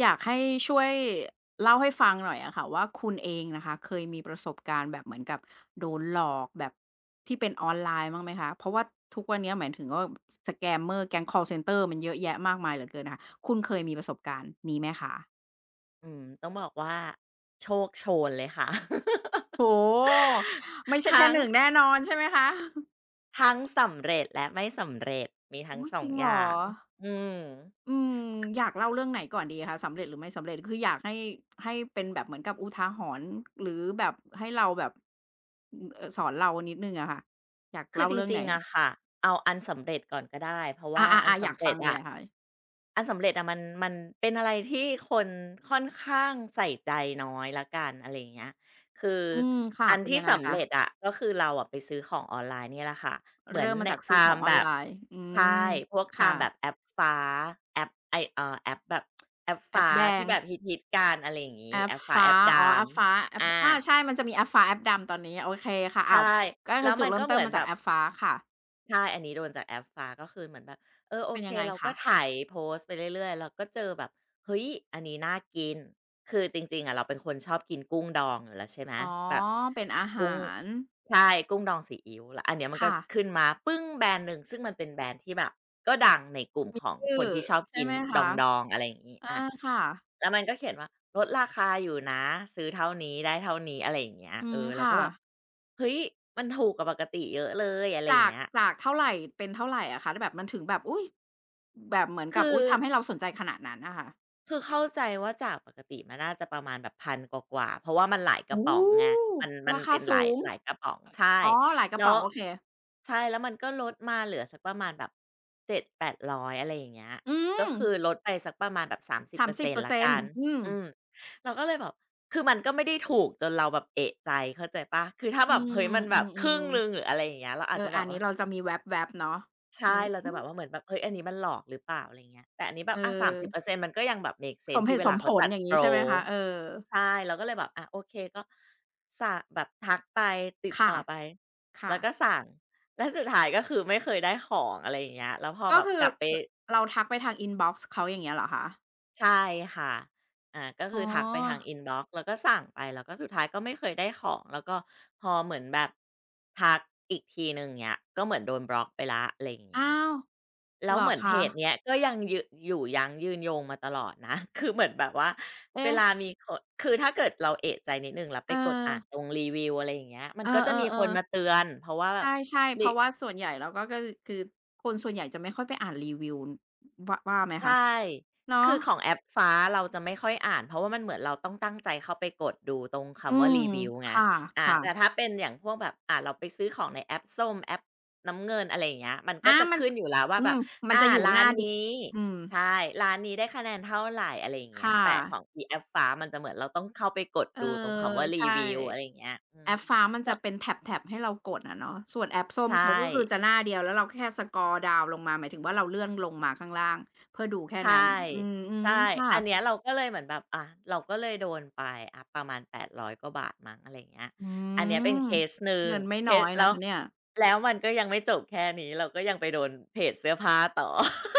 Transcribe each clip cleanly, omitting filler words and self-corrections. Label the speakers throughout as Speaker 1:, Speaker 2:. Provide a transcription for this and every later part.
Speaker 1: อยากให้ช่วยเล่าให้ฟังหน่อยอะค่ะว่าคุณเองนะคะเคยมีประสบการณ์แบบเหมือนกับโดนหลอกแบบที่เป็นออนไลน์บ้างไหมคะเพราะว่าทุกวันนี้เหมายถึงว่า s มเมอ e ์แก๊งคอลเซนเตอร์มันเยอะแยะมากมายเหลือเกินนะค่ะคุณเคยมีประสบการณ์นี้ไหมคะ
Speaker 2: อืมต้องบอกว่าโชคโชนเลยค่ะ
Speaker 1: โอ้โฮไม่ใช่แค่
Speaker 2: ทั้ง
Speaker 1: หนึ่งแน่นอนใช่ไหมคะ
Speaker 2: ทั้งสำเร็จและไม่สำเร็จมีทั้ง
Speaker 1: โอ้ย
Speaker 2: สอ
Speaker 1: จ
Speaker 2: ง
Speaker 1: ริง
Speaker 2: อ
Speaker 1: เหรอ
Speaker 2: ย่างอืม
Speaker 1: อืมอยากเล่าเรื่องไหนก่อนดีคะสำเร็จหรือไม่สำเร็จคืออยากให้ให้เป็นแบบเหมือนกับอุทาหรณ์หรือแบบให้เราแบบอืมสอนเรานิดหนึ่งอะค่ะอยาก
Speaker 2: คือ
Speaker 1: เล่า
Speaker 2: จ
Speaker 1: เรื่องไห
Speaker 2: ริ
Speaker 1: น
Speaker 2: งๆ
Speaker 1: คะ
Speaker 2: อะค่ะเอาอันสำเร็จก่อนก็ได้เพราะว่าอัน
Speaker 1: อาๆๆอยา
Speaker 2: สำ
Speaker 1: ก
Speaker 2: เร็
Speaker 1: ฟั
Speaker 2: จ
Speaker 1: งเล
Speaker 2: อะ
Speaker 1: ยอะค่ะ
Speaker 2: อันสำเร็จอะมันเป็นอะไรที่คนค่อนข้างใส่ใจน้อยแล้วกันอะไรอย่างเงี้ยคือ
Speaker 1: อืมค่ะ
Speaker 2: อัน
Speaker 1: เป็น
Speaker 2: ที่
Speaker 1: ยังไง
Speaker 2: สำ
Speaker 1: คะ
Speaker 2: เร็จอะก็คือเราอะไปซื้อของออนไลน์เนี่ยแหละค่ะเหมือ
Speaker 1: เริ่
Speaker 2: น
Speaker 1: มมา
Speaker 2: ใน
Speaker 1: จากซื้อ
Speaker 2: ตา
Speaker 1: ข
Speaker 2: ม
Speaker 1: องออ
Speaker 2: แบ
Speaker 1: นไล
Speaker 2: บ
Speaker 1: น์อื
Speaker 2: ใช
Speaker 1: ม
Speaker 2: ่พวกตามแบบ
Speaker 1: ค่ะ
Speaker 2: แอปฟ้าแอปไอ้แอปแบบแอป
Speaker 1: แอป
Speaker 2: ฟ้า
Speaker 1: แดง
Speaker 2: ที่แบบฮิตๆกันอะไรอย่าง
Speaker 1: แอ
Speaker 2: งี้แอ
Speaker 1: ป
Speaker 2: ปฟ้าแอ
Speaker 1: ฟ้า
Speaker 2: ปดา
Speaker 1: อ๋อแอ
Speaker 2: ม
Speaker 1: ปฟ้าแอป
Speaker 2: อา
Speaker 1: อาใช่มันจะมีแอปฟ้าแอปดำตอนนี้โอเคค่ะ
Speaker 2: ใช่
Speaker 1: อ้าวก็
Speaker 2: แล้
Speaker 1: คือ
Speaker 2: ว
Speaker 1: จุ
Speaker 2: มั
Speaker 1: ด
Speaker 2: น
Speaker 1: เริ่
Speaker 2: ก็
Speaker 1: ม
Speaker 2: เห
Speaker 1: ต้น
Speaker 2: มือน
Speaker 1: มา
Speaker 2: แบ
Speaker 1: จาก
Speaker 2: บ
Speaker 1: แอปฟ้าค่ะ
Speaker 2: ใช่ อันนี้โดนจากแอปฟ้าก็คือเหมือนแบบเออโอ
Speaker 1: เป็น
Speaker 2: เค
Speaker 1: ยังไง
Speaker 2: เราก็
Speaker 1: คะ
Speaker 2: ไถโพสต์ไปเรื่อยๆเราก็เจอแบบเฮ้ยอันนี้น่ากินคือจริงๆอะเราเป็นคนชอบกินกุ้งดองอยู่แล้วใช่ไหม
Speaker 1: อ๋อ
Speaker 2: แบบ
Speaker 1: เป็นอา
Speaker 2: กุ้ง
Speaker 1: หาร
Speaker 2: ใช่กุ้งดองซีอิ๊วแล้วอันเนี้ยมันก็
Speaker 1: ค่ะ
Speaker 2: ขึ้นมาปึ้งแบรนด์หนึ่งซึ่งมันเป็นแบรนด์ที่แบบก็ดังในกลุ่มของค
Speaker 1: ชื่อ
Speaker 2: นที่ชอบ
Speaker 1: ใช่
Speaker 2: กิน
Speaker 1: ไหม
Speaker 2: ดอ
Speaker 1: คะ
Speaker 2: งๆอะไรอย่างงี้
Speaker 1: อา
Speaker 2: อา
Speaker 1: ค่ะ
Speaker 2: แล้วมันก็เขียนว่าลดราคาอยู่นะซื้อเท่านี้ได้เท่านี้อะไรอย่างเงี้ย
Speaker 1: อื
Speaker 2: เอ
Speaker 1: ม
Speaker 2: อเราก็
Speaker 1: ค่ะ
Speaker 2: แบบเฮ้ยมันถูกกว่าปกติเยอะเลยอะไรอย่า
Speaker 1: จา
Speaker 2: ง
Speaker 1: ก
Speaker 2: เงี้ย
Speaker 1: จากเท่าไรเป็นเท่าไรอะคะแบบมันถึงแบบ อุ๊ยแบบเหมือนกับ
Speaker 2: คือ
Speaker 1: อุ๊ยทำให้เราสนใจขนาดนั้นอะค่ะ
Speaker 2: คือเข้าใจว่าจากปกติมันน่าจะประมาณแบบพ0 0 0กว่าๆเพราะว่ามันหลายกระ
Speaker 1: โอ้
Speaker 2: ป๋องไง
Speaker 1: โฮ
Speaker 2: มัน
Speaker 1: ราคา
Speaker 2: เป็นห
Speaker 1: สู
Speaker 2: ลาย
Speaker 1: ง
Speaker 2: หลายกระป๋องใช่
Speaker 1: อ๋อ หลายกระ
Speaker 2: แล้
Speaker 1: ป๋
Speaker 2: ว
Speaker 1: องโอเค
Speaker 2: ใช่แล้วมันก็ลดมาเหลือสักประมาณแบบเจ็ดแปดร้อยอะไรอย่างเงี้ย
Speaker 1: อื
Speaker 2: ก็
Speaker 1: ม
Speaker 2: คือลดไปสักประมาณแบบ30%แล้วกั
Speaker 1: 30%
Speaker 2: น
Speaker 1: อร์เซ็นต์อืม
Speaker 2: อืมเราก็เลยแบบคือมันก็ไม่ได้ถูกจนเราแบบเอะใจเข้าใจเปล่าคือถ้า
Speaker 1: อื
Speaker 2: แบบเฮ้
Speaker 1: ม
Speaker 2: ยมันแบ
Speaker 1: อื
Speaker 2: บครึ่
Speaker 1: ม
Speaker 2: งหนึ่งหรืออะไรอย่างเงี้ยเรา
Speaker 1: ๆ
Speaker 2: อาจจะแบ
Speaker 1: อัน
Speaker 2: บ
Speaker 1: นี้
Speaker 2: ว่า
Speaker 1: เราจะมีแวบๆเนาะ
Speaker 2: ใช่
Speaker 1: มี
Speaker 2: เรา
Speaker 1: อื
Speaker 2: จะแบ
Speaker 1: ม
Speaker 2: บว่าเหมือนแบบเฮ้ยอันนี้มันหลอกหรือเปล่าอะไรเงี้ยแต่อันนี้แบ
Speaker 1: เอ
Speaker 2: บอะ30%มสิบเปอ
Speaker 1: อ
Speaker 2: ร์เซ็นต์มันก็ยังแบบเมกเซ
Speaker 1: ส
Speaker 2: น
Speaker 1: ม
Speaker 2: ส์
Speaker 1: เห
Speaker 2: ที่เว
Speaker 1: ตุส
Speaker 2: ลา
Speaker 1: มผ
Speaker 2: เขา
Speaker 1: ล
Speaker 2: จัด
Speaker 1: อย่าง
Speaker 2: โป
Speaker 1: งี้
Speaker 2: ร
Speaker 1: ใช่ไหมคะเออ
Speaker 2: ใช่เราก็เลยแบบอะโอเค ก็สะแบบทักไป ติดต่
Speaker 1: ค่ะ
Speaker 2: อไป
Speaker 1: ค่ะ
Speaker 2: แล้วก็สั่ง แล้วสุดท้ายก็คือไม่เคยได้ของอะไรอย่างเงี้ยแล้วพอ
Speaker 1: ก็
Speaker 2: แบบ
Speaker 1: คือ
Speaker 2: กลับไป
Speaker 1: รเราทักไปทางอินบ็อกซ์เขาอย่างเงี้ยเหรอคะ
Speaker 2: ใช่ค่ะอาก็
Speaker 1: อ๋อ
Speaker 2: คือทักไปทางอินบ็อกซ์แล้วก็สั่งไปแล้วก็สุดท้ายก็ไม่เคยได้ของแล้วก็พอเหมือนแบบทักอีกทีหนึ่งเนี้ยก็เหมือนโดนบล็อกไปแล้วอะไรอย่าง
Speaker 1: อ้า
Speaker 2: เงี้ย
Speaker 1: ว
Speaker 2: แล้
Speaker 1: เหร
Speaker 2: ว
Speaker 1: อ
Speaker 2: เหมือนเพ
Speaker 1: คะ
Speaker 2: จเนี้ยก็ยังยืนอยู่ยั้งยืนยงมาตลอดนะ คือเหมือนแบบว่าเว
Speaker 1: เอ๊ะ
Speaker 2: ลามีคนคือถ้าเกิดเราเอะใจนิดหนึ่งแล้วไป
Speaker 1: เออ
Speaker 2: กดอ่านตรงรีวิวอะไรอย่างเงี้ยมั
Speaker 1: เอ
Speaker 2: นก็จะมีค
Speaker 1: อ
Speaker 2: นมา
Speaker 1: ๆ
Speaker 2: เตือนเพราะว่า
Speaker 1: ๆ
Speaker 2: แบบ
Speaker 1: ใช่ๆเพ
Speaker 2: ิ
Speaker 1: ราะว่าส่วนใหญ่แล้วก็ก็คือคนส่วนใหญ่จะไม่ค่อยไปอ่านรีวิวว่าว่าไหม
Speaker 2: ใช่
Speaker 1: คะเนาะ
Speaker 2: คือของแอปฟ้าเราจะไม่ค่อยอ่านเพราะว่ามันเหมือนเราต้องตั้งใจเข้าไปกดดูตรง
Speaker 1: อื
Speaker 2: คำว่า
Speaker 1: ม
Speaker 2: รีวิวไง
Speaker 1: ค
Speaker 2: อ่า
Speaker 1: ่ะ
Speaker 2: แต่ถ้า
Speaker 1: ๆ
Speaker 2: เป็นอย่างพวกแบบอ่าเราไปซื้อของในแอปส้มแอปน้ำเงินอะไรอย่างเงี้ยมันก็
Speaker 1: อา
Speaker 2: จะ
Speaker 1: มัน
Speaker 2: ขึ้
Speaker 1: ส
Speaker 2: นอยู่แล้วว่า
Speaker 1: อื
Speaker 2: แบบ
Speaker 1: มมัน
Speaker 2: อ่า
Speaker 1: จะอยู่ห
Speaker 2: ร้าน
Speaker 1: น้าเดียว
Speaker 2: นี้
Speaker 1: อืม
Speaker 2: ใช่ร้านนี้ได้คะแนนเท่าไรอะไรอย่างเงี้ย
Speaker 1: ค่ะ
Speaker 2: แต่ของอีแอปฟ้ามันจะเหมือนเราต้องเข้าไปกด
Speaker 1: เออ
Speaker 2: ดูตรงคำว่ารี
Speaker 1: ใช่
Speaker 2: วิวอะไรอย่างเงี้ยอืม
Speaker 1: แอปฟ้ามัน
Speaker 2: แล้
Speaker 1: จะ
Speaker 2: ว
Speaker 1: เป็นแถบๆให้เรากดอะเนาะส่วนแอปส้ม
Speaker 2: ใช่
Speaker 1: เขาก็คือจะหน้าเดียวแล้วเราแค่สครอลดาวน์ลงมาหมายถึงว่าเราเลื่อนลงมาข้างล่างเพื่อดูแค่
Speaker 2: ใช
Speaker 1: นั้น
Speaker 2: ่
Speaker 1: อืออืม
Speaker 2: ใช่ อันเนี้ย
Speaker 1: ค่ะ
Speaker 2: เราก็เลยเหมือนแบบอ่ะ เราก็เลยโดนไปอ่ะประมาณ800กว่าบาทมั้งอะไรอย่างเงี้ย
Speaker 1: อื
Speaker 2: อันเนี้ยเป็นเค
Speaker 1: ม
Speaker 2: สหนึ่ง
Speaker 1: เงินไม่
Speaker 2: เค
Speaker 1: น้อ
Speaker 2: ส
Speaker 1: ย
Speaker 2: แล้
Speaker 1: นะ
Speaker 2: ว
Speaker 1: คะเนี่ย
Speaker 2: แล้วมันก็ยังไม่จบแค่นี้เราก็ยังไปโดนเพจเสื้อผ้าต่อ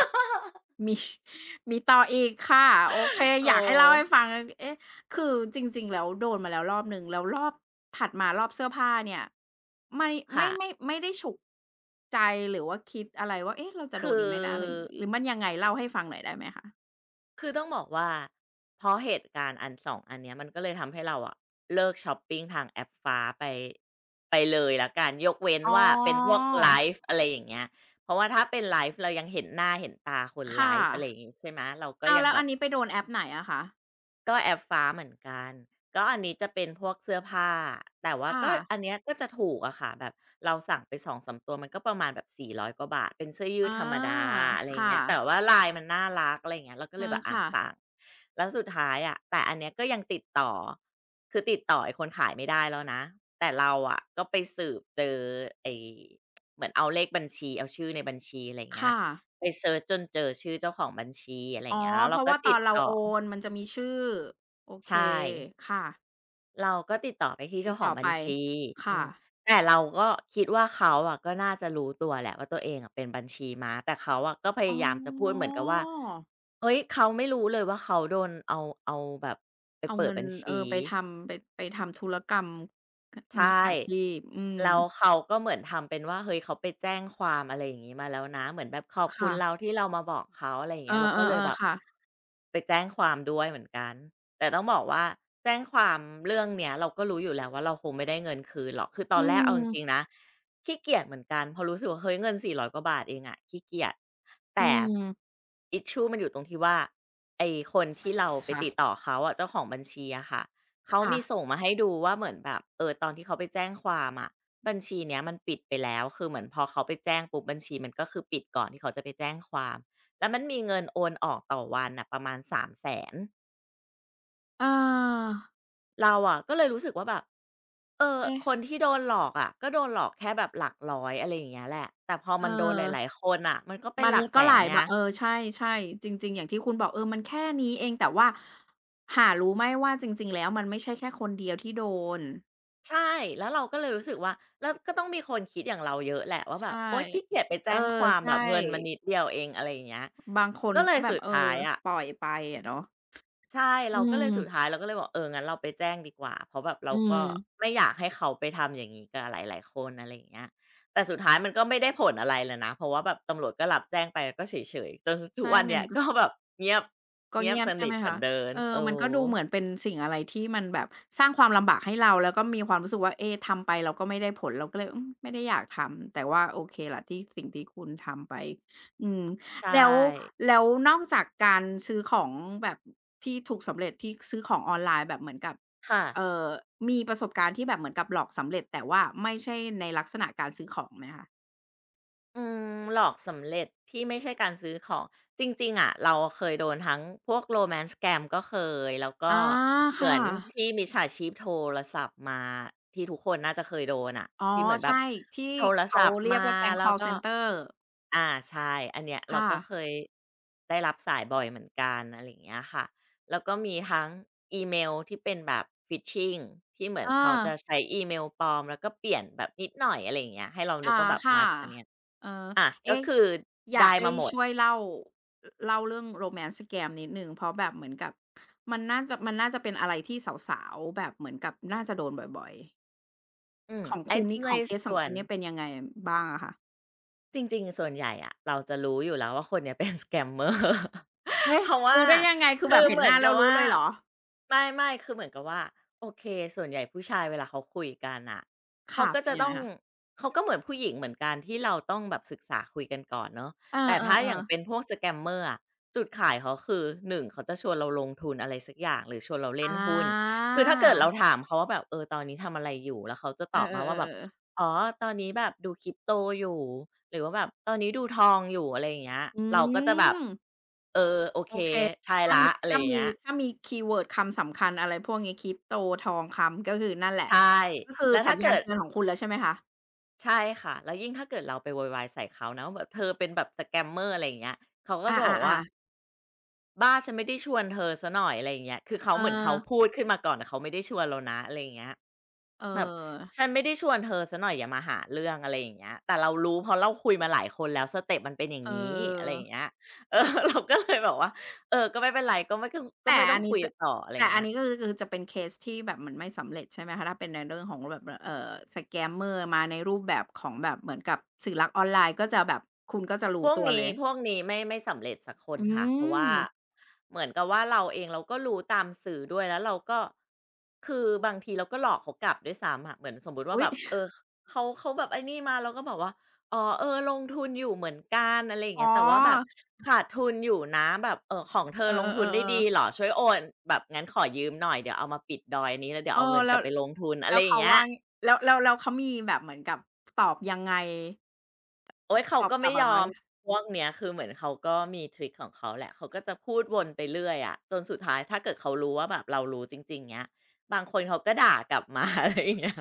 Speaker 1: มี มีต่ออีกค่ะโอเค
Speaker 2: เอ
Speaker 1: อยากให้เล่าให้
Speaker 2: อ
Speaker 1: ฟังเอ๊ะคือจริงๆแล้วโดนมาแล้วรอบหนึ่งแล้วรอบถัดมารอบเสื้อผ้าเนี่ยไม่
Speaker 2: ค่ะ
Speaker 1: ไม่ไม่ได้ฉุกใจหรือว่าคิดอะไรว่าเอ๊ะเราจะโด
Speaker 2: คื
Speaker 1: น
Speaker 2: อ
Speaker 1: อีกไหมนะหรือหรือมันยังไงเล่าให้ฟังหน่อยได้ไหมคะ
Speaker 2: คือต้องบอกว่าเพราะเหตุการณ์อันสองอันเนี้ยมันก็เลยทำให้เราอะเลิกช็อปปิงทางแอปฟ้าไปไปเลยแล้วกันยกเว้น
Speaker 1: อ๋
Speaker 2: ว่าเป็นพวก
Speaker 1: อ
Speaker 2: ไลฟ์อะไรอย่างเงี้ยเพราะว่าถ้าเป็นไลฟ์เรายังเห็นหน้าเห็นตาคนไล
Speaker 1: ค่ะ
Speaker 2: ฟ์อะไรอย่างงี้ใช่ไหมเราก็
Speaker 1: เอา
Speaker 2: ยัง
Speaker 1: แล้ว
Speaker 2: แบ
Speaker 1: อั
Speaker 2: บ
Speaker 1: นนี้ไปโดนแอปไหนอะคะ
Speaker 2: ก็แอปฟ้าเหมือนกัน ก็อันนี้จะเป็นพวกเสื้อผ้า แต่ว่า
Speaker 1: ค่ะ
Speaker 2: ก็อันเนี้ยก็จะถูกอะค่ะแบบเราสั่งไป2มตัวมันก็ประมาณแบบ400กว่าบาทเป็นเสื้อยื
Speaker 1: อ
Speaker 2: ดธรรมดา
Speaker 1: า
Speaker 2: อะไรอ
Speaker 1: ค
Speaker 2: ย่างเงี้ยแต่
Speaker 1: ่ะ
Speaker 2: ว่าลายมันน่ารักอะไรอย่างเงี้ยเราก็
Speaker 1: เอ
Speaker 2: เลยแบ
Speaker 1: อ
Speaker 2: บอา
Speaker 1: ค่ะ
Speaker 2: สั่งแล้วสุดท้ายอะแต่อันเนี้ยก็ยังติดต่อคือติดต่อไอ้คนขายไม่ได้แล้วนะแต่เราอะก็ไปสืบเจอไอ้เหมือนเอาเลขบัญชีเอาชื่อในบัญชีอะไรอย่างเงี้ย
Speaker 1: ค่ะ
Speaker 2: ไปเซิร์ชจนเจอชื่อเจ้าของบัญชีอะไรอ
Speaker 1: อ๋อ
Speaker 2: ย่างเงี้ยแล้ว
Speaker 1: เพ
Speaker 2: เรา
Speaker 1: ราะ
Speaker 2: ก็
Speaker 1: ว่าตอ
Speaker 2: ติด
Speaker 1: นเรา
Speaker 2: ต่อ
Speaker 1: โอนมันจะมีชื่อโอเค
Speaker 2: ใช่
Speaker 1: ค่ะ
Speaker 2: เราก็ติดต่อไปที่
Speaker 1: ติ
Speaker 2: เจ้า
Speaker 1: ด
Speaker 2: ขอ
Speaker 1: ต่
Speaker 2: ง
Speaker 1: อ
Speaker 2: บั
Speaker 1: ไป
Speaker 2: ญชีอื
Speaker 1: ค่ะ
Speaker 2: มแต่เราก็คิดว่าเขาอะก็น่าจะรู้ตัวแหละว่าตัวเองอะเป็นบัญชีม้าแต่เขาอะก็พ
Speaker 1: อ๋
Speaker 2: ยายามจะพูดเห
Speaker 1: อ
Speaker 2: มือนกับว่า เฮ้ยเขาไม่รู้เลยว่าเขาโดนเอาแบบไป
Speaker 1: เอา
Speaker 2: เปิด
Speaker 1: เงิน
Speaker 2: บัญชี
Speaker 1: ไปทำไปไปทำธุรกรรมก
Speaker 2: ใช
Speaker 1: มิจ
Speaker 2: ่
Speaker 1: ฉาชีพอืม
Speaker 2: แล้วเขาก็เหมือนทำเป็นว่าเฮ้ยเขาไปแจ้งความอะไรอย่างงี้มาแล้วนะเหมือนแบบขอบคุณเรา
Speaker 1: ค่ะ
Speaker 2: ที่เรามาบอกเขาอะไรอย่าง
Speaker 1: เอ
Speaker 2: เงี้ยเราก็เลย
Speaker 1: อ
Speaker 2: แบ
Speaker 1: ๆ
Speaker 2: บ
Speaker 1: ๆค่ะ
Speaker 2: ไปแจ้งความด้วยเหมือนกันแต่ต้องบอกว่าแจ้งความเรื่องเนี้ยเราก็รู้อยู่แล้วว่าเราคงไม่ได้เงินคืนหรอกคือต
Speaker 1: อื
Speaker 2: อนแรกเอาจริงๆ
Speaker 1: ม
Speaker 2: นะขี้เกียจเหมือนกันเพราะรู้สึกว่าเฮ้ยเงิน400กว่าบาทเองอะขี้เกียจ
Speaker 1: อื
Speaker 2: แต่
Speaker 1: ม
Speaker 2: issue มันอยู่ตรงที่ว่าไอ้คนที่เราไปติดต่อ
Speaker 1: ค่ะ
Speaker 2: เขาอะเจ้าของบัญชีอะค่ะ เขา
Speaker 1: ค่ะ
Speaker 2: มีส่งมาให้ดูว่าเหมือนแบบเออตอนที่เขาไปแจ้งความอะบัญชีเนี้ยมันปิดไปแล้วคือเหมือนพอเขาไปแจ้งปุ๊บบัญชีมันก็คือปิดก่อนที่เขาจะไปแจ้งความแล้วมันมีเงินโอนออกต่อวันน่ะประมาณ300,000
Speaker 1: เออ
Speaker 2: เราอะก็เลยรู้สึกว่าแบบเออ
Speaker 1: เอ๊ะ
Speaker 2: คนที่โดนหลอกอะก็โดนหลอกแค่แบบหลักร้อยอะไรอย่างเงี้ยแหละแต่พอ
Speaker 1: เอ
Speaker 2: มัน
Speaker 1: อ
Speaker 2: โดนหลายๆคนน่ะมันก็เป็น
Speaker 1: มั
Speaker 2: ห
Speaker 1: น
Speaker 2: ลักแส
Speaker 1: ก็ห
Speaker 2: น
Speaker 1: ลาย
Speaker 2: ไง
Speaker 1: บาทใช่ๆจริงๆอย่างที่คุณบอกมันแค่นี้เองแต่ว่าหารู้ไหมว่าจริงๆแล้วมันไม่ใช่แค่คนเดียวที่โดน
Speaker 2: ใช่แล้วเราก็เลยรู้สึกว่าแล้วก็ต้องมีคนคิดอย่างเราเยอะแหละว่าแบบ
Speaker 1: ใช่
Speaker 2: โอ๊ยขี้เกียจไป
Speaker 1: เอ
Speaker 2: แจ้
Speaker 1: อ
Speaker 2: งความแบ
Speaker 1: ใช่
Speaker 2: บเงินมันนิดเดียวเองอะไรอย่างเงี้ย
Speaker 1: บางคน
Speaker 2: ก็เล
Speaker 1: ก็
Speaker 2: ย
Speaker 1: แบ
Speaker 2: สุ
Speaker 1: บ
Speaker 2: ด
Speaker 1: เออ
Speaker 2: ท้ายอะ
Speaker 1: ปล่อยไปอะเนาะ
Speaker 2: ใช่
Speaker 1: อื
Speaker 2: เราก็เลยสุดท้า
Speaker 1: ม
Speaker 2: ยเราก็เลยบอกเอองั้นเราไปแจ้งดีกว่าเพราะแบบเรา
Speaker 1: อื
Speaker 2: ก็
Speaker 1: ม
Speaker 2: ไม่อยากให้เขาไปทำอย่างงี้กับหลายๆคนอะไรอย่างเงี้ยแต่สุดท้ายมันก็ไม่ได้ผลอะไรเลยนะเพราะว่าแบบตำรวจก็รับแจ้งไปก็เฉยๆจนทุก
Speaker 1: ใช่
Speaker 2: วัน
Speaker 1: มั
Speaker 2: เนี้
Speaker 1: น
Speaker 2: ยก็แบบเงียบ
Speaker 1: ก็
Speaker 2: เงียบ
Speaker 1: เงียบ
Speaker 2: ส
Speaker 1: ใช่
Speaker 2: นิท
Speaker 1: ไหม
Speaker 2: เหมือ
Speaker 1: คะ
Speaker 2: นเดิมเออ
Speaker 1: มันก็ดูเหมือนเป็นสิ่งอะไรที่มันแบบสร้างความลำบากให้เราแล้วก็มีความรู้สึกว่าเอ๊ทำไปเราก็ไม่ได้ผลเราก็เลยอืมไม่ได้อยากทำแต่ว่าโอเคแหละที่สิ่งที่คุณทำไปอืม
Speaker 2: ใช่
Speaker 1: แล้วแล้วนอกจากการซื้อของแบบที่ถูกสำเร็จที่ซื้อของออนไลน์แบบเหมือนกับ
Speaker 2: ค่ะ
Speaker 1: เอ่อมีประสบการณ์ที่แบบเหมือนกับหลอกสำเร็จแต่ว่าไม่ใช่ในลักษณะการซื้อของไหมคะ
Speaker 2: อืมหลอกสำเร็จที่ไม่ใช่การซื้อของจริงๆอะเราเคยโดนทั้งพวกโ o แมนต์ scam กมก็เคยแล้วก็
Speaker 1: อา
Speaker 2: เหมื
Speaker 1: ค่ะ
Speaker 2: อนที่มิจฉาชีพโทรศัพท์มาที่ทุกคนน่าจะเคยโดนอะ
Speaker 1: อ๋อ
Speaker 2: ที่เหมือนแบบ
Speaker 1: ใช่ที่
Speaker 2: โทรศั
Speaker 1: เขา
Speaker 2: พท์
Speaker 1: เรี
Speaker 2: มา
Speaker 1: ยกว่าแก๊ง
Speaker 2: แล้
Speaker 1: ค
Speaker 2: ว
Speaker 1: อล
Speaker 2: ก็
Speaker 1: เซนเตอร์
Speaker 2: อาใช่อันเนี้ยเรา
Speaker 1: ค่ะ
Speaker 2: ก็เคยได้รับสายบ่อยเหมือนกันอะไรอย่างเงี้ยค่ะแล้วก็มีทั้งอีเมลที่เป็นแบบฟิชชิ i n g ที่เหมือน
Speaker 1: เอ
Speaker 2: เขา
Speaker 1: อ
Speaker 2: จะใช้อีเมลปลอมแล้วก็เปลี่ยนแบบนิดหน่อยอะไรอย่างเงี้ยให้เรานึก
Speaker 1: อา
Speaker 2: ว่าแบบมา
Speaker 1: ค่ะ
Speaker 2: จากอันเนี้ย
Speaker 1: เออ
Speaker 2: อ่ะก็
Speaker 1: เอ๊ะ
Speaker 2: คือ
Speaker 1: อยาก
Speaker 2: ได้
Speaker 1: ให้
Speaker 2: มาหมด
Speaker 1: ช่วยเล่าเล่าเรื่อง Romance Scam นิดหนึ่งเพราะแบบเหมือนกับมันน่าจะมันน่าจะเป็นอะไรที่สาวๆแบบเหมือนกับน่าจะโดนบ่อยๆ
Speaker 2: อืม
Speaker 1: ของ
Speaker 2: ไอ้
Speaker 1: คุณนี่
Speaker 2: ใน
Speaker 1: ของเคสขอ
Speaker 2: ส่
Speaker 1: ง
Speaker 2: ว
Speaker 1: คุ
Speaker 2: น
Speaker 1: ณเนี่ยเป็นยังไงบ้างอะคะ
Speaker 2: จริงๆส่วนใหญ่อะเราจะรู้อยู่แล้วว่าคนเนี้ยเป็น scammer
Speaker 1: เอ๊ะ
Speaker 2: เพราะว่า
Speaker 1: รู้ได้ยังไงคือแบ
Speaker 2: คือ
Speaker 1: บเห็
Speaker 2: เห
Speaker 1: น
Speaker 2: มื
Speaker 1: ห
Speaker 2: อน
Speaker 1: น้าแล้
Speaker 2: กับ
Speaker 1: วรู้
Speaker 2: ว่า
Speaker 1: เลยเหรอ
Speaker 2: ไม่คือเหมือนกับว่าโอเคส่วนใหญ่ผู้ชายเวลาเขาคุยกันอะเขา
Speaker 1: ค่ะ
Speaker 2: ก็
Speaker 1: เป็น
Speaker 2: จะ
Speaker 1: ยัง
Speaker 2: ต้
Speaker 1: ไง
Speaker 2: อง
Speaker 1: คะ
Speaker 2: เขาก็เหมือนผู้หญิงเหมือนกันที่เราต้องแบบศึกษาคุยกันก่อนเนาะ
Speaker 1: เอ
Speaker 2: แต่ถ้าอ
Speaker 1: อ
Speaker 2: ย่างเป็
Speaker 1: ๆ
Speaker 2: น
Speaker 1: ๆ
Speaker 2: พวก scammer อะจุดขายเขาคือหนึ่งเขาจะชวนเราลงทุนอะไรสักอย่างหรือชวนเราเล่น
Speaker 1: อา
Speaker 2: หุ้นคือถ้าเกิดเราถามเขาว่าแบบเออตอนนี้ทำอะไรอยู่แล้วเขาจะต
Speaker 1: เออ
Speaker 2: อบมาว่าแบบ
Speaker 1: ๆๆๆๆ
Speaker 2: อ๋อตอนนี้แบบดู c r ิ p โตอยู่หรือว่าแบบตอนนี้ดูทองอยู่อะไรอย่างเงี้ย
Speaker 1: อื
Speaker 2: เราก็จะแบบ
Speaker 1: ม
Speaker 2: เออโอ
Speaker 1: โอ
Speaker 2: เค
Speaker 1: เค
Speaker 2: ใช่
Speaker 1: ถ้า
Speaker 2: แล้ว
Speaker 1: มี
Speaker 2: อะไร
Speaker 1: ถ้า
Speaker 2: อย่าง
Speaker 1: มี
Speaker 2: เงี้ย
Speaker 1: ถ้ามีคีย์เวิร์ดคำสำคัญอะไรพวกนี้คริปโตทองคำก็คือนั่นแหละ
Speaker 2: ใช่
Speaker 1: ก็คือ
Speaker 2: แล้ว
Speaker 1: สั
Speaker 2: ถ้า
Speaker 1: ญญาณ
Speaker 2: เกิด
Speaker 1: เตือนของคุณแล้วใช่ไหมคะ
Speaker 2: ใช่ค่ะแล้วยิ่งถ้าเกิดเราไปโวยวายใส่เขานะว่าแบบเธอเป็นแบบ Scammer" อะไรอย่างเงี้ยเขาก็จะบอกว่า
Speaker 1: อาๆๆ
Speaker 2: บ้าฉันไม่ได้ชวนเธอเสียหน่อยอะไรอย่างเงี้ยคือเขา
Speaker 1: เออ
Speaker 2: เหมือนเขาพูดขึ้นมาก่อนแต่เขาไม่ได้ชวนเรานะอะไรอย่างเงี้ย
Speaker 1: เออ
Speaker 2: แบบฉันไม่ได้ชวนเธอซสหน่อยอย่ามาหาเรื่องอะไรอย่างเงี้ยแต่เรารู้เพราะเราคุยมาหลายคนแล้วสเต็ปมันเป็นอย่าง
Speaker 1: เออ
Speaker 2: นี้อะไรอย่างเงี้ยเออ เราก็เลยแบบว่าเออก็ไม่เป็นไรก็ไม่ก็
Speaker 1: แต่
Speaker 2: ไม่ต้อ
Speaker 1: อั
Speaker 2: ง
Speaker 1: น
Speaker 2: คุ
Speaker 1: นี้
Speaker 2: ย
Speaker 1: จะ
Speaker 2: ต่ออะไรอ
Speaker 1: แต่
Speaker 2: ย่าง
Speaker 1: อั
Speaker 2: เงี้
Speaker 1: น
Speaker 2: ย
Speaker 1: นี้ก็คือคือจะเป็นเคสที่แบบเหมือนไม่สำเร็จใช่ไหมคะ ถ้าเป็นในเรื่องของแบบรScammer มาในรูปแบบของแบบเหมือนกับสื่อลักออนไลน์ก็จะแบบคุณก็จะ
Speaker 2: พ
Speaker 1: รู้
Speaker 2: วก
Speaker 1: ตัวเล
Speaker 2: นี้
Speaker 1: ย
Speaker 2: พวกนี้ไม่สำเร็จสักคน
Speaker 1: อื
Speaker 2: ค่ะเพราะ
Speaker 1: ม
Speaker 2: ว่าเหมือนกับว่าเราเองเราก็รู้ตามสื่อด้วยแล้วเราก็คือบางทีเราก็หลอกเขากลับด้วยซ้ำอะเหมือนสมมุติว่า
Speaker 1: อุ๊
Speaker 2: แบ
Speaker 1: ย
Speaker 2: บเออเขาแบบไอ้นี่มาเราก็บอกว่าอ๋อเออลงทุนอยู่เหมือนกันอะไรอย่าง
Speaker 1: อ๋อ
Speaker 2: เงี้ยแต่ว่าแบบขาดทุนอยู่นะแบบของเธอ
Speaker 1: เออ
Speaker 2: ลงทุนได้ดี
Speaker 1: ๆๆ
Speaker 2: เหร
Speaker 1: ๆ
Speaker 2: อช่วยโอนแบบงั้นขอยืมหน่อยเดี๋ยวเอามาปิดดอยนี้แล้วเดี๋ยว
Speaker 1: เออ
Speaker 2: เอาเงินก
Speaker 1: แล้
Speaker 2: ลั
Speaker 1: ว
Speaker 2: บไปลงทุนอะ
Speaker 1: แล้
Speaker 2: ไร
Speaker 1: ว
Speaker 2: อย่าง
Speaker 1: เขา
Speaker 2: เงี้ย
Speaker 1: ว่าแล้วเขามีแบบเหมือนกับตอบยังไง
Speaker 2: โอ๊ยเขา
Speaker 1: ตอบ
Speaker 2: ก็
Speaker 1: กลั
Speaker 2: ไม่
Speaker 1: บแบ
Speaker 2: ย
Speaker 1: บ
Speaker 2: อม
Speaker 1: ว่า
Speaker 2: พวกเนี้ยคือเหมือนเขาก็มีทริกของเขาแหละเขาก็จะพูดวนไปเรื่อยอะจนสุดท้ายถ้าเกิดเขารู้ว่าแบบเรารู้จริงๆเงี้ยบางคนเขาก็ด่ากลับมา อะไรอย่างเงี้ย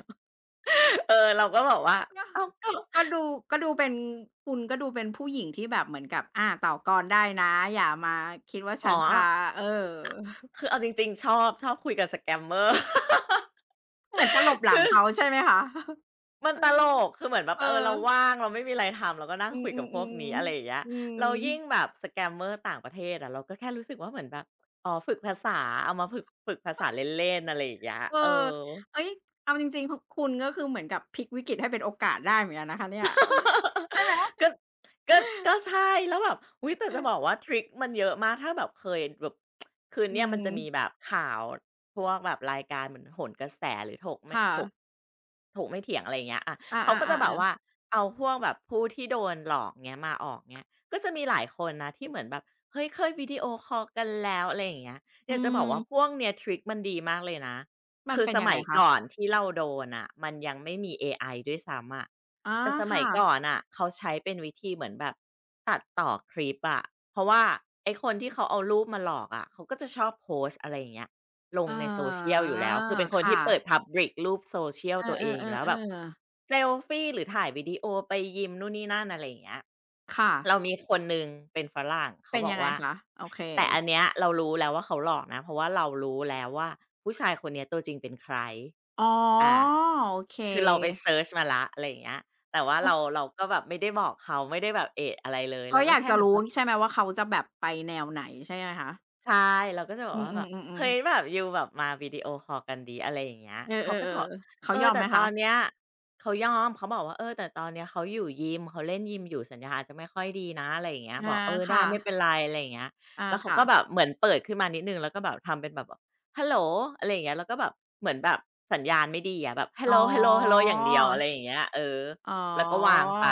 Speaker 2: เออเราก็บอกว่า
Speaker 1: ก็
Speaker 2: อ้าวก็
Speaker 1: ก็ดูก็ดูเป็นคุณก็ดูเป็นผู้หญิงที่แบบเหมือนกับอาต่อกรได้นะอย่ามาคิดว่า
Speaker 2: อ๋
Speaker 1: ฉั
Speaker 2: อ
Speaker 1: นจะเออ
Speaker 2: คือ เอาจริงๆชอบคุยกับ scammer
Speaker 1: เหมือนตลบหลังเขาใช่ไหมคะ
Speaker 2: มัน
Speaker 1: เออ
Speaker 2: ตลกคือเหมือนแบบ
Speaker 1: เออ
Speaker 2: เออเราว่างเราไม่มีอะไรทำเราก็นั่ง
Speaker 1: อื
Speaker 2: คุยกับพวก
Speaker 1: ม
Speaker 2: นี้อะไรอย่า
Speaker 1: ๆ
Speaker 2: งเงี้ย
Speaker 1: ๆอืม
Speaker 2: แล้วยิ่งแบบ scammer ต่างประเทศอะเราก็แค่รู้สึกว่าเหมือนแบบอ๋อฝึกภาษาเอามาฝึกภาษาเล่นๆอะไรอย่างเงี้ย
Speaker 1: เออ
Speaker 2: เออ
Speaker 1: เฮ้ยเอาจริงๆคุณก็คือเหมือนกับพลิกวิกฤตให้เป็นโอกาสได้เหมือนกันนะคะเนี่ยใช่ไหม
Speaker 2: ก็ก็ก็ใช่แล้วแบบอุ๊ยแต่จะบอกว่าทริกมันเยอะมากถ้าแบบเคยแบบคือ
Speaker 1: อื
Speaker 2: เนี่ยมันจะมีแบ
Speaker 1: ม
Speaker 2: บข่าวพวกแบบรายการเหมือนโหนกระแสหรือถกไม่
Speaker 1: ค่ะ
Speaker 2: ถกถกไม่เถียงอะไรอย่างเงี้ยอา
Speaker 1: อา
Speaker 2: เขาก็จะแบบ
Speaker 1: ๆๆ
Speaker 2: ว่า
Speaker 1: ๆ
Speaker 2: เอาพวกแบบผู้ที่โดนหลอกเงี้ยมาออกเงี้ยก็จะมีหลายคนนะที่เหมือนแบบเฮ้ยเคยวิดีโอคอลกันแล้วอะไรอย่างเงี้ยอ
Speaker 1: อื
Speaker 2: ยากจะบอกว่าพว
Speaker 1: ม
Speaker 2: กเนี้ยทริกมันดีมากเลยนะ
Speaker 1: มัน
Speaker 2: คือ
Speaker 1: เป็น
Speaker 2: ส
Speaker 1: ยังไง
Speaker 2: มัย
Speaker 1: คะ
Speaker 2: ก่อนที่เราโดนน่ะมันยังไม่มีเอไอด้วยซ้ำอะ
Speaker 1: อ๋อ
Speaker 2: แต่สมัย
Speaker 1: ค่ะ
Speaker 2: ก่อนน่ะเขาใช้เป็นวิธีเหมือนแบบตัดต่อคลิปอะเพราะว่าไอ้คนที่เขาเอารูปมาหลอกอะเขาก็จะชอบโพสต์อะไรอย่างเงี้ยลง
Speaker 1: อ๋อ
Speaker 2: ใน s o ชียลอยู่แล้วคือเป็นค
Speaker 1: ค
Speaker 2: นที่เปิด
Speaker 1: ่ะ
Speaker 2: Public รูปโซ o ชียล
Speaker 1: เ
Speaker 2: ตัวเอง
Speaker 1: อ
Speaker 2: อยู่
Speaker 1: อ
Speaker 2: แล้วแบบ
Speaker 1: ๆๆๆ
Speaker 2: เซลฟีหรือถ่ายวิดีโอไปยิมนู่นนี่นั่นอะไรอย่างเงี้ย
Speaker 1: ค่ะ
Speaker 2: เรามีคนหนึ่งเป็นฝรั่งเขา
Speaker 1: เป็น
Speaker 2: บอก
Speaker 1: ยังไง
Speaker 2: ว่า
Speaker 1: คะโอเค
Speaker 2: แต่อันเนี้ยเรารู้แล้วว่าเขาหลอกนะเพราะว่าเรารู้แล้วว่าผู้ชายคนเนี้ยตัวจริงเป็นใคร
Speaker 1: อ๋อ
Speaker 2: อา
Speaker 1: โอเ
Speaker 2: คือเราไป
Speaker 1: ค
Speaker 2: เซิร์ชมาละอะไรอย่างเงี้ย แต่ว่า
Speaker 1: ก็
Speaker 2: เราก็แบบไม่ได้บอกเขาไม่ได้แบบเอะอะไรเลยเรา
Speaker 1: ก็อ
Speaker 2: ก็
Speaker 1: ยาก
Speaker 2: แค่
Speaker 1: จะ
Speaker 2: เหมือน
Speaker 1: รู้
Speaker 2: แบบ
Speaker 1: ใช่ไหมว่าเขาจะแบบไปแนวไหนใช่ไหมคะ
Speaker 2: ใช่เราก็จะบอ
Speaker 1: อื
Speaker 2: ก
Speaker 1: ม
Speaker 2: ว่าแบบเฮ้
Speaker 1: ๆๆ
Speaker 2: ยแบ
Speaker 1: ๆ
Speaker 2: บยูแบบมาวิดีโอคอลกันดีอะไรอย่างเงี้ย
Speaker 1: เออ
Speaker 2: เขาก็จะบอก
Speaker 1: ๆๆเขา
Speaker 2: เอ
Speaker 1: ย
Speaker 2: อ
Speaker 1: อม
Speaker 2: แต่
Speaker 1: ไหม
Speaker 2: ตอ
Speaker 1: คะ
Speaker 2: นเนี้ยเขายอมเขาบอกว่าเออแต่ตอนเนี้ยเขาอยู่ยิมเขาเล่นยิมอยู่สัญญาณอาจจะไม่ค่อยดีนะอะไรอย่างเงี้ยบ
Speaker 1: อา
Speaker 2: อกเออได้
Speaker 1: ค่ะ
Speaker 2: ไม่เป็นไรอะไรอย่างเงี้ย
Speaker 1: อา
Speaker 2: แล้วเขาก็แบบ
Speaker 1: ค่ะ
Speaker 2: เหมือนเปิดขึ้นมานิดหนึ่งแล้วก็แบบทำเป็นแบบฮัลโหลอะไรอย่างเงี้ยแล้วก็แบบเหมือนแบบสัญญาณไม่ดีอะแบบฮัล
Speaker 1: อ๋
Speaker 2: โห
Speaker 1: อ
Speaker 2: ลฮัลโหลฮัลโหลอย่างเดียวอะไรอย่างเงี้ยเออ
Speaker 1: อ๋อ
Speaker 2: แล้วก็วางไป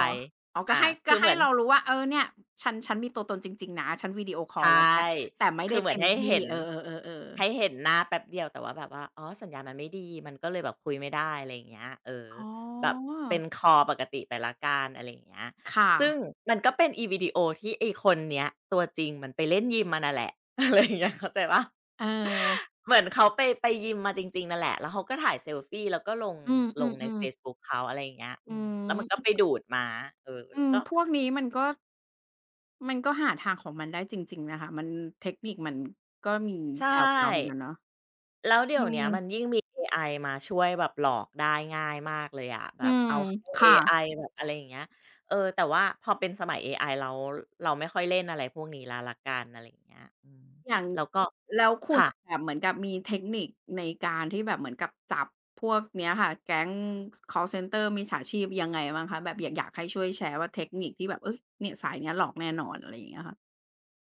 Speaker 1: อ๋อก็
Speaker 2: อา
Speaker 1: ให้
Speaker 2: คื
Speaker 1: ก็
Speaker 2: อเห
Speaker 1: ให้
Speaker 2: มือน
Speaker 1: เรารู้ว่าเออเนี่ยฉันมีตัวตนจริงๆนะฉันวิดีโอคอล
Speaker 2: ใช่
Speaker 1: แล้วแต่ไม่
Speaker 2: คื
Speaker 1: ได้
Speaker 2: อเหมือ
Speaker 1: เต็
Speaker 2: น
Speaker 1: ม
Speaker 2: ให้
Speaker 1: ที่
Speaker 2: เห็น
Speaker 1: เออๆๆๆ
Speaker 2: ให้เห็นหน้าแป๊บเดียวแต่ว่าแบบว่าอ๋อสัญญาณมันไม่ดีมันก็เลยแบบคุยไม่ได้อะไรอย่างเงี้ยเออ
Speaker 1: อ๋อ
Speaker 2: แบบเป็นคอลปกติไปแล้วกันอะไรอย่างเงี้ย
Speaker 1: ค่ะ
Speaker 2: ซึ่งมันก็เป็นอีวิดีโอที่ไอ้คนเนี้ยตัวจริงมันไปเล่นยิมมานั่นแหละ อะไรอย่างเงี้ยเข้าใจปะ่า
Speaker 1: เออ
Speaker 2: เหมือนเขาไปยิมมาจริงๆนั่นแหละแล้วเขาก็ถ่ายเซลฟีแล้วก็ลง
Speaker 1: อื
Speaker 2: ลงใน
Speaker 1: ม
Speaker 2: เฟ
Speaker 1: ๆ
Speaker 2: ซ
Speaker 1: ๆ
Speaker 2: บุ๊กเขาอะไรอย่างเงี้ย
Speaker 1: อื
Speaker 2: อืมแล้วมันก็
Speaker 1: ม
Speaker 2: ไปดูดมาเออ
Speaker 1: อื
Speaker 2: แล้ว
Speaker 1: ม
Speaker 2: ก็
Speaker 1: พวกนี้มันก็หาทางของมันได้จริงๆนะคะมันเทคนิคมันก็มี
Speaker 2: ใช่
Speaker 1: แผ่วๆเหมือนกันเนาะ
Speaker 2: แล้วเดี๋ย
Speaker 1: อื
Speaker 2: วเนี้ย
Speaker 1: ม
Speaker 2: มันยิ่งมีเอไอมาช่วยแบบหลอกได้ง่ายมากเลยอะแบ
Speaker 1: อื
Speaker 2: บ
Speaker 1: ม
Speaker 2: เอาเข้าเอ
Speaker 1: ค่ะ
Speaker 2: ไอแบบอะไรอย่างเงี้ยเออแต่ว่าพอเป็นสมัยเอไอเราไม่ค่อยเล่นอะไรพวกนี้แล้วละกันอะไรอย่างเงี้ยอืม
Speaker 1: อย่าง
Speaker 2: แล้วก็
Speaker 1: แล้วคุณ
Speaker 2: ค่ะ
Speaker 1: แบบเหมือนกับมีเทคนิคในการที่แบบเหมือนกับจับพวกเนี้ยค่ะ แก๊งสคอลเซนเตอร์มิจฉาชีพยังไงบ้างคะแบบอยากให้ช่วยแชร์ว่าเทคนิคที่แบบเฮ้ยเนี่ยสายเนี้ยหลอกแน่นอนอะไรอย่างเงี้ยค่ะ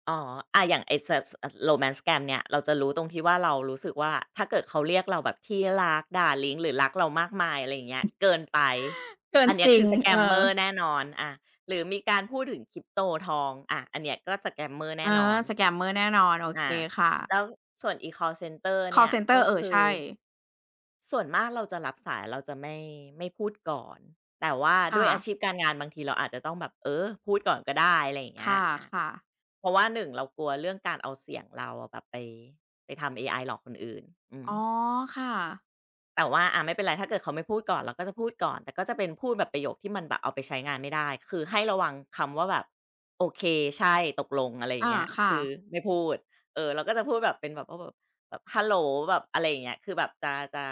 Speaker 2: อ๋ออาอย่างไอ้สสอ Romance Scam เนี่ยเราจะรู้ตรงที่ว่าเรารู้สึกว่าถ้าเกิดเขาเรียกเราแบบที่รัก darling หรือรักเรามากมายอะไรอย่างเงี้ยเกินไป
Speaker 1: เกิ
Speaker 2: อั
Speaker 1: น
Speaker 2: นเนี้
Speaker 1: จ
Speaker 2: ย
Speaker 1: ริ
Speaker 2: คื
Speaker 1: ง
Speaker 2: อ
Speaker 1: เออ
Speaker 2: scammer แน่นอนอาหรือมีการพูดถึง Crypto ทองอาอันเนี้ยก็ scammer
Speaker 1: เอ
Speaker 2: แน่
Speaker 1: อ
Speaker 2: นอน
Speaker 1: scammer แน่นอนโอเค
Speaker 2: อา
Speaker 1: ค่ะ
Speaker 2: แล้วส่วนอีคอ l เซนเตอร์
Speaker 1: คอ
Speaker 2: เนี่
Speaker 1: ล
Speaker 2: ย
Speaker 1: เซนเตอ
Speaker 2: ก็
Speaker 1: ร์เออ
Speaker 2: คือ
Speaker 1: ใช่
Speaker 2: ส่วนมากเราจะรับสายเราจะไม่พูดก่อนแต่ว่าด้ว
Speaker 1: ค่ะ
Speaker 2: ยอาชีพการงานบางทีเราอาจจะต้องแบบเออพูดก่อนก็ได้อะไรอย่าง
Speaker 1: ค
Speaker 2: เงี้ยอา
Speaker 1: ่ะๆ
Speaker 2: เพราะว่าหนึ่งเรากลัวเรื่องการเอาเสียงเราอะแบบไปทำเอไอหลอกคนอื่นอืม
Speaker 1: อ๋อค่ะ
Speaker 2: แต่ว่าไม่เป็นไรถ้าเกิดเขาไม่พูดก่อนเราก็จะพูดก่อนแต่ก็จะเป็นพูดแบบประโยคที่มันแบบเอาไปใช้งานไม่ได้คือให้ระวังคำว่าแบบโอเคใช่ตกลงอะไรอย่าง
Speaker 1: อา
Speaker 2: เงี้ย
Speaker 1: ค่ะ
Speaker 2: คือไม่พูดเออเราก็จะพูดแบบเป็นแบบว่าแบบฮัลโหลแบบอะไรอย่างเงี้ยคือแบบจะ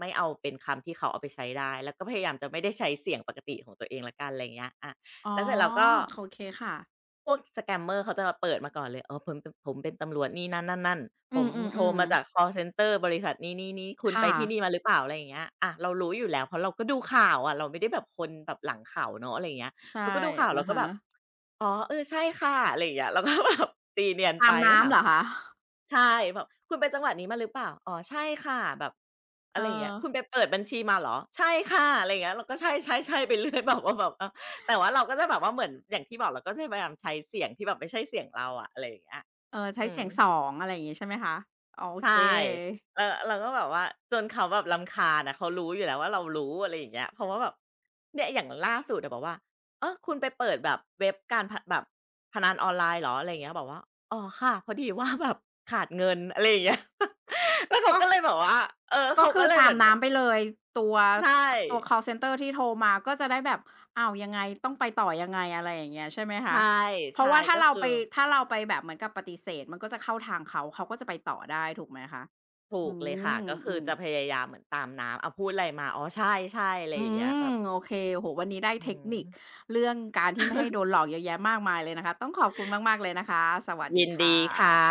Speaker 2: ไม่เอาเป็นคำที่เขาเอาไปใช้ได้แล้วก็พยายามจะไม่ได้ใช้เสียงปกติของตัวเองแล้วกันอะไรอย่างเงี้ย
Speaker 1: อ๋อ
Speaker 2: แล้วเสร็จเราก็
Speaker 1: โอเคค่ะ
Speaker 2: พวก scammer เมอร์เขาจะมาเปิดมาก่อนเลยอ๋อผมเป็นตำรวจนี่นั่นๆๆผ
Speaker 1: อื
Speaker 2: ม
Speaker 1: ม
Speaker 2: โทรมาจาก
Speaker 1: ๆๆ
Speaker 2: คอลเซนเตอร์บริษัทนี้ๆๆคุณไป
Speaker 1: ค่ะ
Speaker 2: ที่นี่มาหรือเปล่าอะไรอย่างเงี้ยอะเรารู้อยู่แล้วเพราะเราก็ดูข่าวอะเราไม่ได้แบบคนแบบหลังข่าวเนาะอะไรอย่างเงี้ย
Speaker 1: ใช่
Speaker 2: เราก็ดูข่าวเรา
Speaker 1: อะ
Speaker 2: ก็แบ
Speaker 1: ฮะ
Speaker 2: บอ๋อเออใช่ค่ะอะไรอย่างเงี้ยเราก็แบบ ตีเนียน
Speaker 1: ตา
Speaker 2: ไป
Speaker 1: ม
Speaker 2: ก็
Speaker 1: น้ำ
Speaker 2: ถาม
Speaker 1: เหรอคะ
Speaker 2: ใช่แบบคุณไปจังหวัดนี้มาหรือเปล่าอ๋อใช่ค่ะแบบอะ
Speaker 1: เอ
Speaker 2: ไรอย่างเงี้ย
Speaker 1: อ
Speaker 2: คุณไปเปิดบัญชีมาเหรอใช่ค่ะอะไรอย่างเงี้ยเราก็ใช่ๆๆไปเรื่อยแบบว่าแบบเออแต่ว่าเราก็จะแบบว่าเหมือนอย่างที่บอกเราก็จะพยายามใช้เสียงที่แบบไม่ใช่เสียงเราอะอะไรอย่างเงี้ย
Speaker 1: เออใช้
Speaker 2: อื
Speaker 1: เสี
Speaker 2: ม
Speaker 1: ยง2องอะไรอย่างงี้ใช่ไหมคะโอ
Speaker 2: ใช
Speaker 1: เค
Speaker 2: ่เราก็แบบว่าจนเขาแบบรำคาญอะเขารู้อยู่แล้วว่าเรารู้อะไรอย่างเงี้ยเพราะว่าแบบเนี่ยอย่างล่าสุดอะบอกว่าเออคุณไปเปิดแบบเว็บการพะแบบพนันออนไลน์เหรออะไรอย่างเงี้ยบอกว่าอ๋อค่ะพอดีว่าแบบขาดเงิน อะไรอย่างเงี้ย แล้วเขา
Speaker 1: ก็
Speaker 2: ก็เลยแบบว่าเออ
Speaker 1: ก็
Speaker 2: เขา
Speaker 1: คื
Speaker 2: ก็
Speaker 1: อ
Speaker 2: เลย
Speaker 1: ตา
Speaker 2: เหมื
Speaker 1: ม
Speaker 2: อนแบบ
Speaker 1: น้ำไปเลยตัว
Speaker 2: ใช่
Speaker 1: ตัวคอลเซนเตอร์ที่โทรมาก็จะได้แบบอ้าวยังไงต้องไปต่อยังไงอะไรอย่างเงี้ยใช่ไหมคะ
Speaker 2: ใช่
Speaker 1: เพ
Speaker 2: ใช่
Speaker 1: ราะว่าถ้า
Speaker 2: ก็
Speaker 1: เรา
Speaker 2: คือ
Speaker 1: ไปถ้าเราไปแบบเหมือนกับปฏิเสธมันก็จะเข้าทางเขาเขาก็จะไปต่อได้ถูกไหมคะ
Speaker 2: ถูก
Speaker 1: อื
Speaker 2: เลยค่ะ
Speaker 1: ม
Speaker 2: ก็คื
Speaker 1: อื
Speaker 2: อ
Speaker 1: ม
Speaker 2: จะพยายามเหมือนตามน้ำอ้าวพูดอะไรมาอ๋อใช่ๆอะไร
Speaker 1: อื
Speaker 2: อย่างเงี้ย
Speaker 1: ม
Speaker 2: แบบ
Speaker 1: โอเคโอ้โฮวันนี้ได้
Speaker 2: อื
Speaker 1: เทค
Speaker 2: ม
Speaker 1: นิคเรื่องการที่ไม่ให้โดน หลอกเยอะแยะมากมายเลยนะคะต้องขอบคุณมากๆเลยนะคะสวัสดี
Speaker 2: ยิน
Speaker 1: ค่
Speaker 2: ดีค่ะ
Speaker 1: ะ